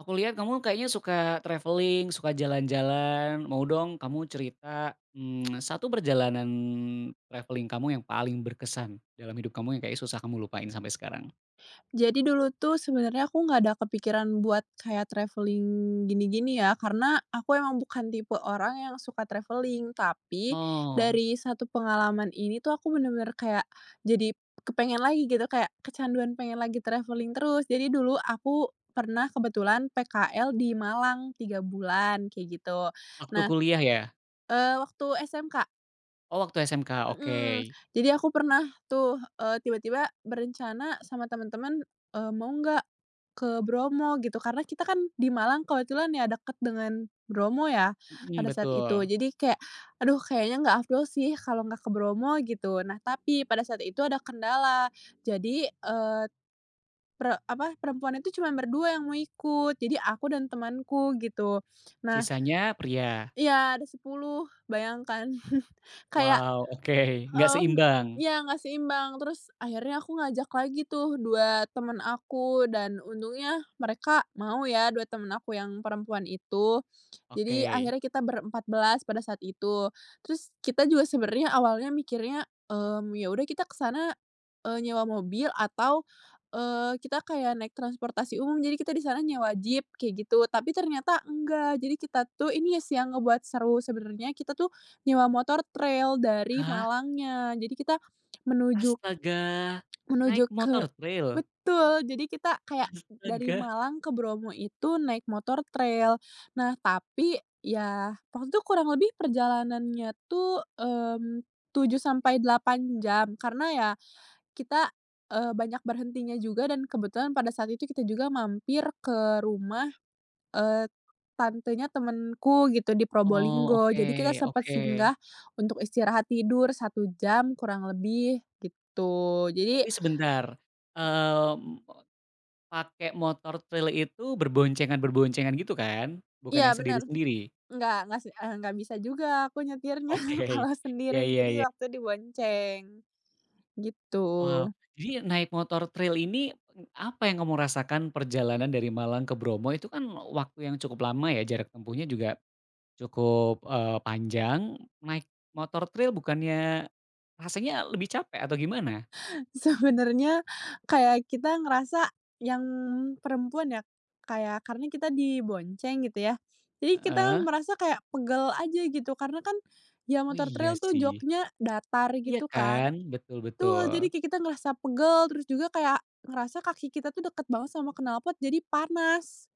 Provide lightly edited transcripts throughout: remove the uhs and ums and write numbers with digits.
Aku lihat kamu kayaknya suka traveling, suka jalan-jalan. Mau dong kamu cerita, 1 perjalanan traveling kamu yang paling berkesan dalam hidup kamu yang kayak susah kamu lupain sampai sekarang? Jadi dulu tuh sebenarnya aku nggak ada kepikiran buat kayak traveling gini-gini ya, karena aku emang bukan tipe orang yang suka traveling. Tapi Oh, dari satu pengalaman ini tuh aku bener-bener kayak jadi kepengen lagi gitu, kayak kecanduan pengen lagi traveling terus. Jadi dulu aku pernah kebetulan PKL di Malang 3 bulan kayak gitu. waktu Nah, kuliah ya? Waktu SMK. Oh, waktu SMK, oke. Mhm, jadi aku pernah tuh, tiba-tiba berencana sama temen-temen, mau nggak ke Bromo gitu, karena kita kan di Malang kebetulan ya deket dengan Bromo ya Mhm, pada saat itu. betul. Jadi kayak, "Aduh kayaknya nggak afdol sih kalau nggak ke Bromo," gitu. Nah tapi pada saat itu ada kendala, jadi, perempuan itu cuman berdua yang mau ikut, jadi aku dan temanku gitu. Nah Sisanya pria? iya ada 10 bayangkan. Kayak Wow, oke. Nggak Mmm, seimbang? iya nggak seimbang, terus akhirnya aku ngajak lagi tuh 2 temen aku dan untungnya mereka mau ya 2 temen aku yang perempuan itu. Jadi Oke. akhirnya kita 14 pada saat itu. Terus kita juga sebenarnya awalnya mikirnya, ya udah kita ke sana, nyewa mobil atau, kita kayak naik transportasi umum, jadi kita di sana nyewa jeep kayak gitu. Tapi ternyata enggak, jadi kita tuh ini ya sih yang ngebuat seru sebenarnya kita tuh nyewa motor trail dari Hah? Malangnya. Jadi kita menuju Astaga! Naik menuju ke motor trail? betul, jadi kita kayak dari Astaga. Malang ke Bromo itu naik motor trail. Nah, tapi ya waktu itu kurang lebih perjalanannya tuh, 7 sampai 8 jam karena ya kita, banyak berhentinya juga dan kebetulan pada saat itu kita juga mampir ke rumah Eee, tantenya temenku gitu di Oh, Probolinggo, oke jadi kita sempat oke. singgah untuk istirahat tidur 1 jam kurang lebih gitu. Jadi Tapi sebentar, mmm pakai motor trail itu berboncengan-berboncengan gitu kan? Bukan iya yang bener, sendiri-sendiri? nggak nggak bisa juga aku nyetirnya Oke. kalau sendiri, Iya iya jadi iya. waktu itu dibonceng, gitu. Wow, jadi naik motor trail ini, apa yang kamu rasakan perjalanan dari Malang ke Bromo itu kan waktu yang cukup lama ya, jarak tempuhnya juga cukup, panjang. Naik motor trail bukannya rasanya lebih capek atau gimana? Sebenarnya kayak kita ngerasa yang perempuan ya, kayak karena kita dibonceng gitu ya. Jadi kita Heeh. merasa kayak pegel aja gitu karena kan ya Oh motor iya trail tuh sih. joknya datar Iya gitu kan. kan? Betul betul. Betul, jadi kayak kita ngerasa pegel terus juga kayak ngerasa kaki kita tuh deket banget sama knalpot jadi panas.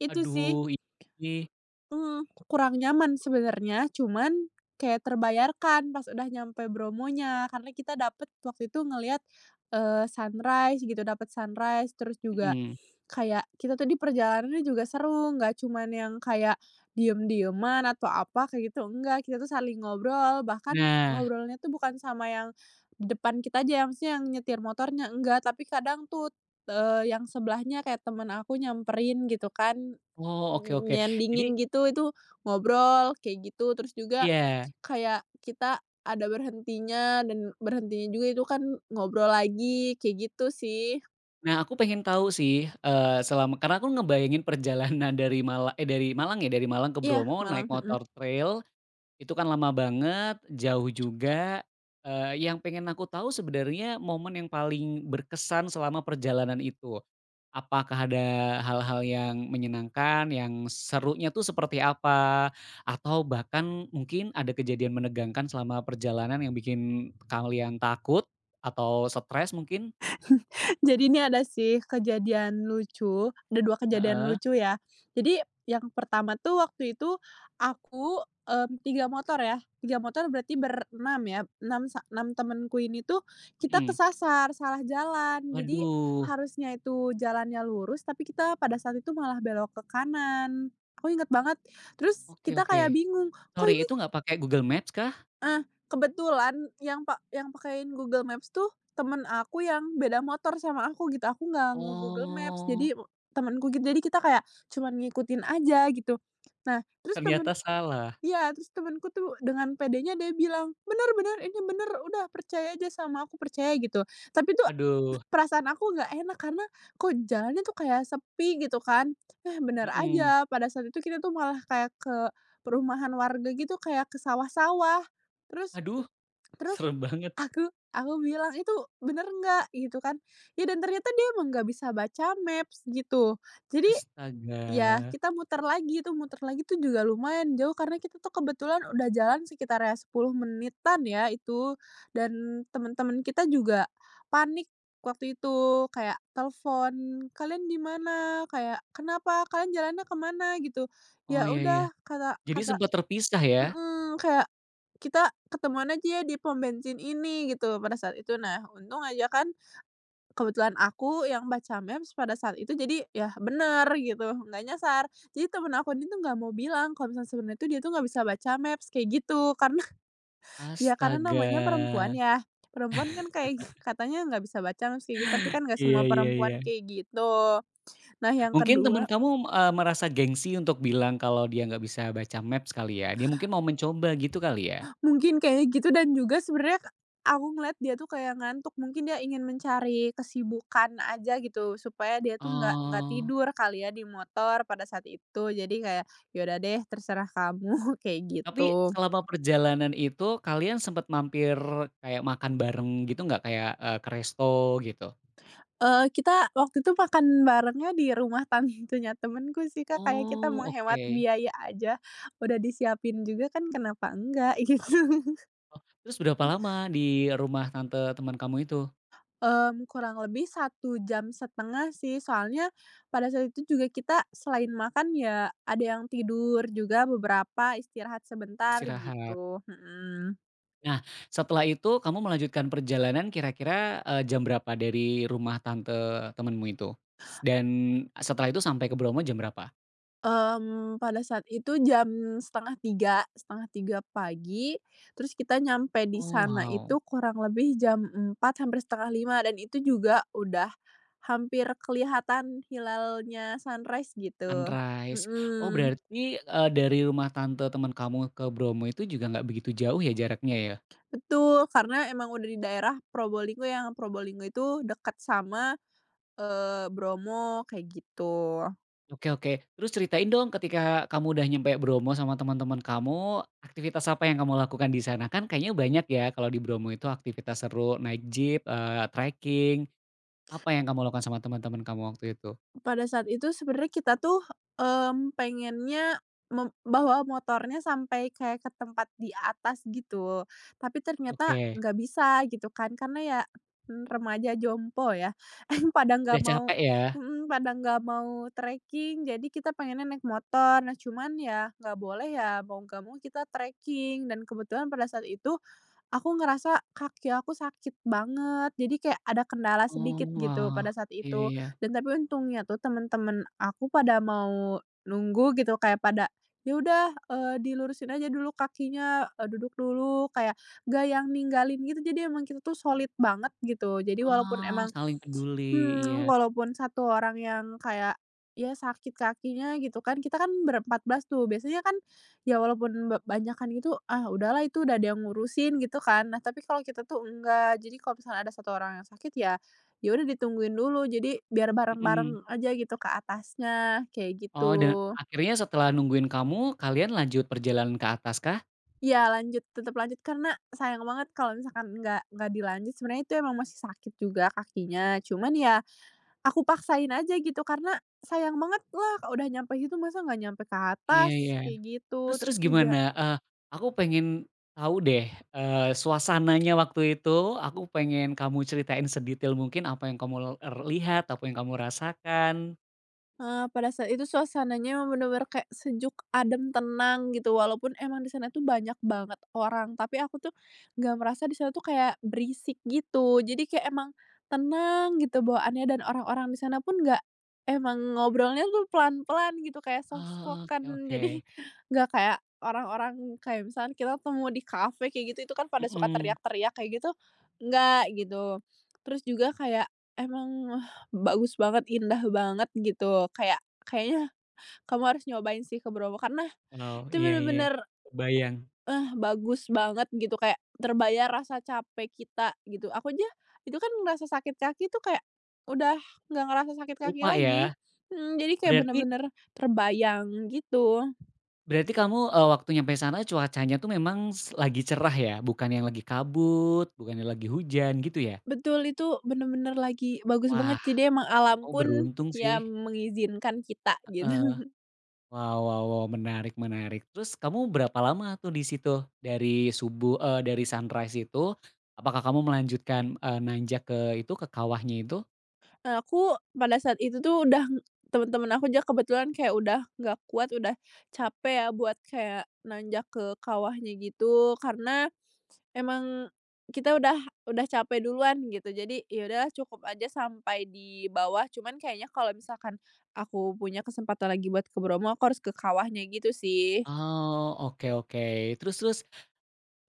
Itu sih. Aduh, ini Kurang nyaman sebenarnya, cuman kayak terbayarkan pas udah nyampe Bromonya, karena kita dapet waktu itu ngelihat, sunrise gitu, dapet sunrise, terus juga mhm. kayak kita tuh di perjalanannya juga seru, nggak cuman yang kayak diem-dieman atau apa kayak gitu, enggak, kita tuh saling ngobrol, bahkan Nah ngobrolnya tuh bukan sama yang di depan kita aja, yang maksudnya yang nyetir motornya, enggak, tapi kadang tuh, yang sebelahnya kayak temen aku nyamperin gitu kan. oh, oke oke. Jadi Nyandingin gitu, itu ngobrol kayak gitu, terus juga iya. kayak kita ada berhentinya dan berhentinya juga itu kan ngobrol lagi, kayak gitu sih. Nah, aku pengen tahu sih, selama karena aku ngebayangin perjalanan dari dari Malang ya, dari Malang ke Iya, Bromo malang, naik mhm. motor trail, itu kan lama banget, jauh juga, yang pengen aku tahu sebenarnya momen yang paling berkesan selama perjalanan itu. Apakah ada hal-hal yang menyenangkan, yang serunya tuh seperti apa? Atau bahkan mungkin ada kejadian menegangkan selama perjalanan yang bikin kalian takut atau stres mungkin? Jadi ini ada sih kejadian lucu, ada 2 kejadian. Heeh. Heeh, Lucu ya. Jadi yang pertama tuh waktu itu aku, 3 motor ya, 3 motor berarti ber-6 ya, 6 sa 6 temenku ini tuh kita. Oke. mhm. Kesasar, salah jalan. Jadi Waduh, harusnya itu jalannya lurus, tapi kita pada saat itu malah belok ke kanan. Aku inget banget, terus oke kita oke. kayak bingung, "Kok Sorry ini. itu nggak pakai Google Maps kah? Eh, kebetulan yang pakein Google Maps tuh temen aku yang beda motor sama aku gitu, aku nggak nge-Google Maps, Oh, jadi temenku gitu, jadi kita kayak cuman ngikutin aja gitu. Nah, terus ternyata temen salah. iya, terus temenku tuh dengan pedenya dia bilang, "Bener bener, ini bener, udah percaya aja sama aku, percaya," gitu. Tapi tuh Aduh, perasaan aku nggak enak karena kok jalannya tuh kayak sepi gitu kan, eh, bener mhm. aja, pada saat itu kita tuh malah kayak ke perumahan warga gitu, kayak ke sawah-sawah, terus Aduh, terus serem banget. aku bilang, "Itu bener nggak?" Gitu kan. Ya dan ternyata dia emang nggak bisa baca maps gitu. Jadi ya Astaga. kita muter lagi itu muter lagi tuh juga lumayan jauh karena kita tuh kebetulan udah jalan sekitar ya 10 menitan ya itu dan teman-teman kita juga panik waktu itu kayak telepon, "Kalian di mana?" Kayak, "Kenapa? Kalian jalannya kemana?" Gitu. Oh, "Ya ya ya. udah," kata Jadi kata sempat terpisah ya? Mhm, kayak kita ketemuan aja di pom bensin ini gitu pada saat itu. Nah, untung aja kan kebetulan aku yang baca Maps pada saat itu jadi ya bener gitu, nggak nyasar. Jadi temen aku ini tuh nggak mau bilang kalau misalnya sebenarnya tuh dia tuh nggak bisa baca Maps kayak gitu, karena ya karena Astaga. namanya perempuan ya, perempuan kan kayak katanya nggak bisa baca Maps kayak gitu, tapi kan nggak Iya semua iya iya. perempuan kayak gitu. Nah yang Mungkin teman kedua kamu, merasa gengsi untuk bilang kalau dia nggak bisa baca maps kali ya? Dia mungkin mau mencoba gitu kali ya? mungkin kayaknya gitu dan juga sebenarnya aku ngeliat dia tuh kayak ngantuk, mungkin dia ingin mencari kesibukan aja gitu, supaya dia tuh nggak Oh, tidur kali ya di motor pada saat itu. Jadi kayak, "Ya udah deh terserah kamu," kayak tapi gitu. selama perjalanan itu kalian sempet mampir kayak makan bareng gitu nggak? Kayak, ke resto gitu? Eh kita waktu itu makan barengnya di rumah tantenya temenku sih, Kak, kayak kita Oh, menghemat oke. biaya aja, udah disiapin juga kan kenapa enggak gitu. Oh, terus berapa lama di rumah tante teman kamu itu Kurang lebih 1,5 jam sih, soalnya pada saat itu juga kita selain makan ya ada yang tidur juga beberapa, istirahat sebentar istirahat? gitu, mhm. Nah, setelah itu kamu melanjutkan perjalanan kira-kira, jam berapa dari rumah tante temenmu itu? Dan setelah itu sampai ke Bromo jam berapa? Pada saat itu jam 02.30 pagi, terus kita nyampe di Oh, sana wow, itu kurang lebih jam 4 hampir 04.30 dan itu juga udah hampir kelihatan hilalnya sunrise gitu, sunrise. Oh, mhm. berarti, dari rumah tante teman kamu ke Bromo itu juga nggak begitu jauh ya jaraknya ya? Betul, karena emang udah di daerah Probolinggo yang Probolinggo itu dekat sama, Bromo, kayak gitu. Oke oke, terus ceritain dong ketika kamu udah nyampe Bromo sama teman-teman kamu, aktivitas apa yang kamu lakukan di sana? Kan kayaknya banyak ya kalau di Bromo itu aktivitas seru, naik jeep, trekking, apa yang kamu lakukan sama teman-teman kamu waktu itu? Pada saat itu sebenarnya kita tuh, pengennya bawa motornya sampai kayak ke tempat di atas gitu, tapi ternyata Oke, nggak bisa gitu kan, karena ya, remaja jompo ya, pada nggak udah mau capek ya? mhm, pada nggak mau trekking, jadi kita pengennya naik motor. Nah, cuman ya nggak boleh ya, mau nggak mau kita trekking dan kebetulan pada saat itu aku ngerasa kaki aku sakit banget, jadi kayak ada kendala Oh, sedikit gitu wah, pada saat iya itu. iya. Dan tapi untungnya tuh temen-temen aku pada mau nunggu gitu, kayak pada, "Ya udah, dilurusin aja dulu kakinya, duduk dulu," kayak gak yang ninggalin gitu. Jadi emang kita tuh solid banget gitu. Jadi walaupun Ah, emang saling peduli, iya, hmm walaupun satu orang yang kayak, ya sakit kakinya gitu kan, kita kan 14 tuh, biasanya kan ya walaupun banyakan gitu, ah udahlah itu udah ada yang ngurusin gitu kan. Nah tapi kalau kita tuh enggak, jadi kalau misalnya ada satu orang yang sakit ya, ya udah ditungguin dulu, jadi biar mhm. bareng-bareng aja gitu ke atasnya, kayak Oh, dan gitu. akhirnya setelah nungguin kamu, kalian lanjut perjalanan ke atas kah? Ya lanjut, tetap lanjut karena sayang banget kalau misalkan nggak dilanjut, sebenarnya itu emang masih sakit juga kakinya, cuman ya aku paksain aja gitu karena sayang banget lah, udah nyampe situ masa nggak nyampe ke Iya atas, iya. kayak Terus gitu. Terus terus juga gimana? Aku pengen tahu deh, suasananya waktu itu, aku pengen kamu ceritain sedetail mungkin apa yang kamu lihat, apa yang kamu rasakan. Pada saat itu suasananya emang bener-bener kayak sejuk, adem, tenang gitu, walaupun emang di sana tuh banyak banget orang, tapi aku tuh nggak merasa di sana tuh kayak berisik gitu. Jadi kayak emang tenang gitu bawaannya dan orang-orang di sana pun nggak emang ngobrolnya tuh pelan-pelan gitu, kayak soft Oh, oke spoken. oke, Jadi nggak kayak orang-orang kayak misalkan kita ketemu di kafe kayak gitu, itu kan pada suka mhm. teriak-teriak kayak gitu, nggak gitu. Terus juga kayak emang bagus banget, indah banget gitu, kayak kayaknya kamu harus nyobain sih ke Bromo karena Wow, itu iya iya, bener-bener, kebayang. eh, bagus banget gitu, kayak terbayar rasa capek kita gitu. Aku aja itu kan ngerasa sakit kaki tuh kayak udah nggak ngerasa sakit kaki Lupa lagi, ya? mhm, jadi kayak Berarti bener-bener terbayang gitu. berarti kamu, waktu nyampe sana cuacanya tuh memang lagi cerah ya? Bukan yang lagi kabut, bukan yang lagi hujan gitu ya? Betul, itu bener-bener lagi bagus Wah, banget, jadi emang alam kamu pun beruntung ya sih, mengizinkan kita gitu. heeh. Wow wow wow, menarik menarik. Terus kamu berapa lama tuh di situ? Dari subuh dari sunrise itu, apakah kamu melanjutkan, nanjak ke itu, ke kawahnya itu? Aku pada saat itu tuh udah temen-temen aku juga kebetulan kayak udah nggak kuat, udah capek ya buat kayak nanjak ke kawahnya gitu, karena emang kita udah capek duluan gitu. Jadi, ya udahlah cukup aja sampai di bawah, cuman kayaknya kalau misalkan aku punya kesempatan lagi buat ke Bromo, aku harus ke kawahnya gitu sih. Oh, oke oke. Terus terus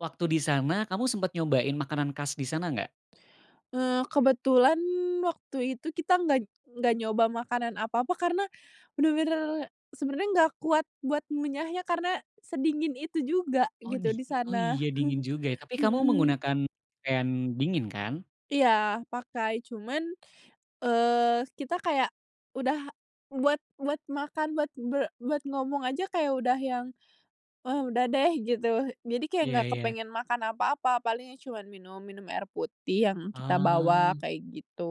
waktu di sana kamu sempat nyobain makanan khas di sana nggak? Kebetulan waktu itu kita nggak nyoba makanan apa-apa karena bener-bener sebenarnya nggak kuat buat ngunyahnya karena sedingin itu juga Oh gitu di di oh sana. iya dingin juga ya, tapi kamu Mhm, menggunakan pakaian dingin kan? iya pakai cuman, kita kayak udah buat buat makan, buat ngomong aja kayak udah yang, "Eh, udah deh," gitu. Jadi kayak Iya nggak iya. kepengen makan apa-apa, palingnya cuman minum minum air putih yang kita Ah, bawa kayak gitu.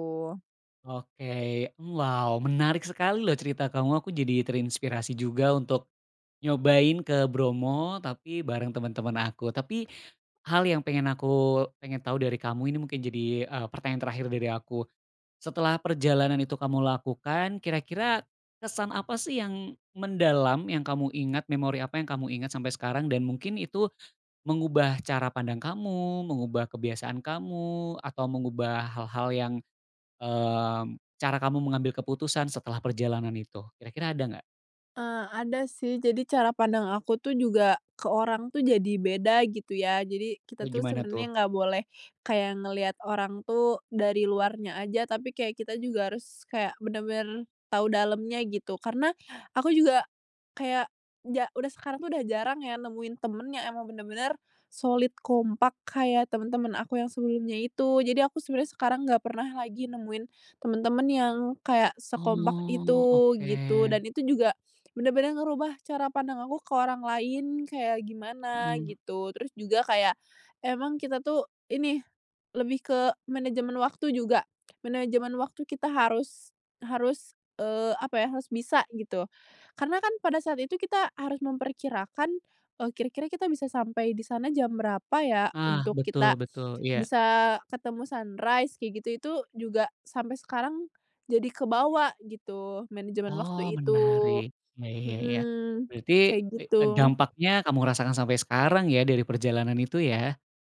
oke. Wow, menarik sekali loh cerita kamu, aku jadi terinspirasi juga untuk nyobain ke Bromo, tapi bareng teman-teman aku. Tapi hal yang pengen aku pengen tahu dari kamu ini mungkin jadi, pertanyaan terakhir dari aku. Setelah perjalanan itu kamu lakukan, kira-kira kesan apa sih yang mendalam yang kamu ingat, memori apa yang kamu ingat sampai sekarang dan mungkin itu mengubah cara pandang kamu, mengubah kebiasaan kamu, atau mengubah hal-hal yang cara kamu mengambil keputusan setelah perjalanan itu, kira-kira ada nggak? Ada sih. Jadi cara pandang aku tuh juga ke orang tuh jadi beda gitu ya. Jadi kita Kayak tuh gimana tuh? sebenarnya nggak boleh kayak ngelihat orang tuh dari luarnya aja, tapi kayak kita juga harus kayak bener-bener tahu dalamnya gitu. Karena aku juga kayak udah sekarang tuh udah jarang ya nemuin temen yang emang bener-bener solid kompak kayak temen-temen aku yang sebelumnya itu. Jadi aku sebenarnya sekarang nggak pernah lagi nemuin temen-temen yang kayak sekompak Oh, itu oke, gitu, dan itu juga bener-bener ngerubah cara pandang aku ke orang lain kayak gimana mhm, gitu. Terus juga kayak emang kita tuh ini, lebih ke manajemen waktu juga. Manajemen waktu kita harus harus, apa ya, harus bisa gitu. Karena kan pada saat itu kita harus memperkirakan, kira-kira kita bisa sampai di sana jam berapa ya ah, untuk betul kita betul, iya. bisa ketemu sunrise kayak gitu, itu juga sampai sekarang jadi kebawa gitu manajemen Oh, waktu itu. menarik, iya iya iya. Mhm, Berarti, kayak gitu. dampaknya kamu rasakan sampai sekarang ya dari perjalanan itu ya?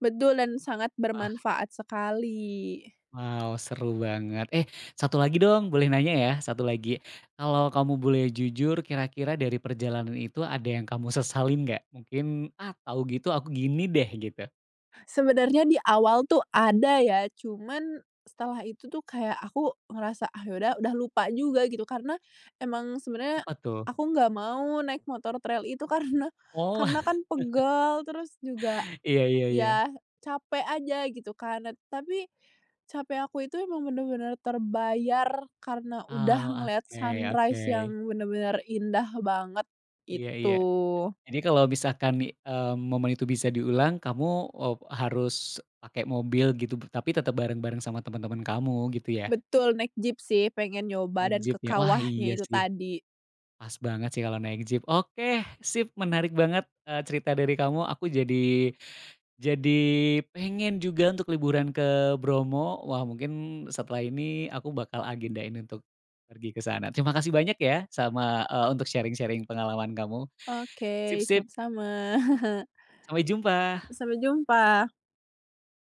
Betul dan sangat Wah, bermanfaat sekali. wow, seru banget. Eh, satu lagi dong, boleh nanya ya? Satu lagi, kalau kamu boleh jujur kira-kira dari perjalanan itu ada yang kamu sesalin nggak? Mungkin, "Ah, tahu gitu aku gini deh," gitu. Sebenarnya di awal tuh ada ya, cuman setelah itu tuh kayak aku ngerasa, "Ah, yaudah udah lupa juga," gitu. Karena emang sebenarnya Apa tuh? aku nggak mau naik motor trail itu karena Oh, kan pegal, terus juga iya iya iya. ya, capek aja gitu kan, et tapi capek aku itu emang bener-bener terbayar karena udah Oh, ngeliat oke oke. sunrise yang bener-bener indah banget Iya iya. itu. Jadi kalau misalkan, momen itu bisa diulang kamu, eee, harus pakai mobil gitu, tapi tetap bareng-bareng sama teman-teman kamu gitu ya? Betul, naik jeep sih, pengen nyoba Naik dan jeep ke ya? Wah kawahnya iya itu sih, tadi. pas banget sih kalau naik jeep. Oke, sip menarik banget, cerita dari kamu, aku jadi jadi pengen juga untuk liburan ke Bromo. Wah mungkin setelah ini aku bakal agendain untuk pergi ke sana. Terima kasih banyak ya sama, untuk sharing-sharing pengalaman kamu. Sip Oke, sip, sama-sama. sampai jumpa. Sampai jumpa.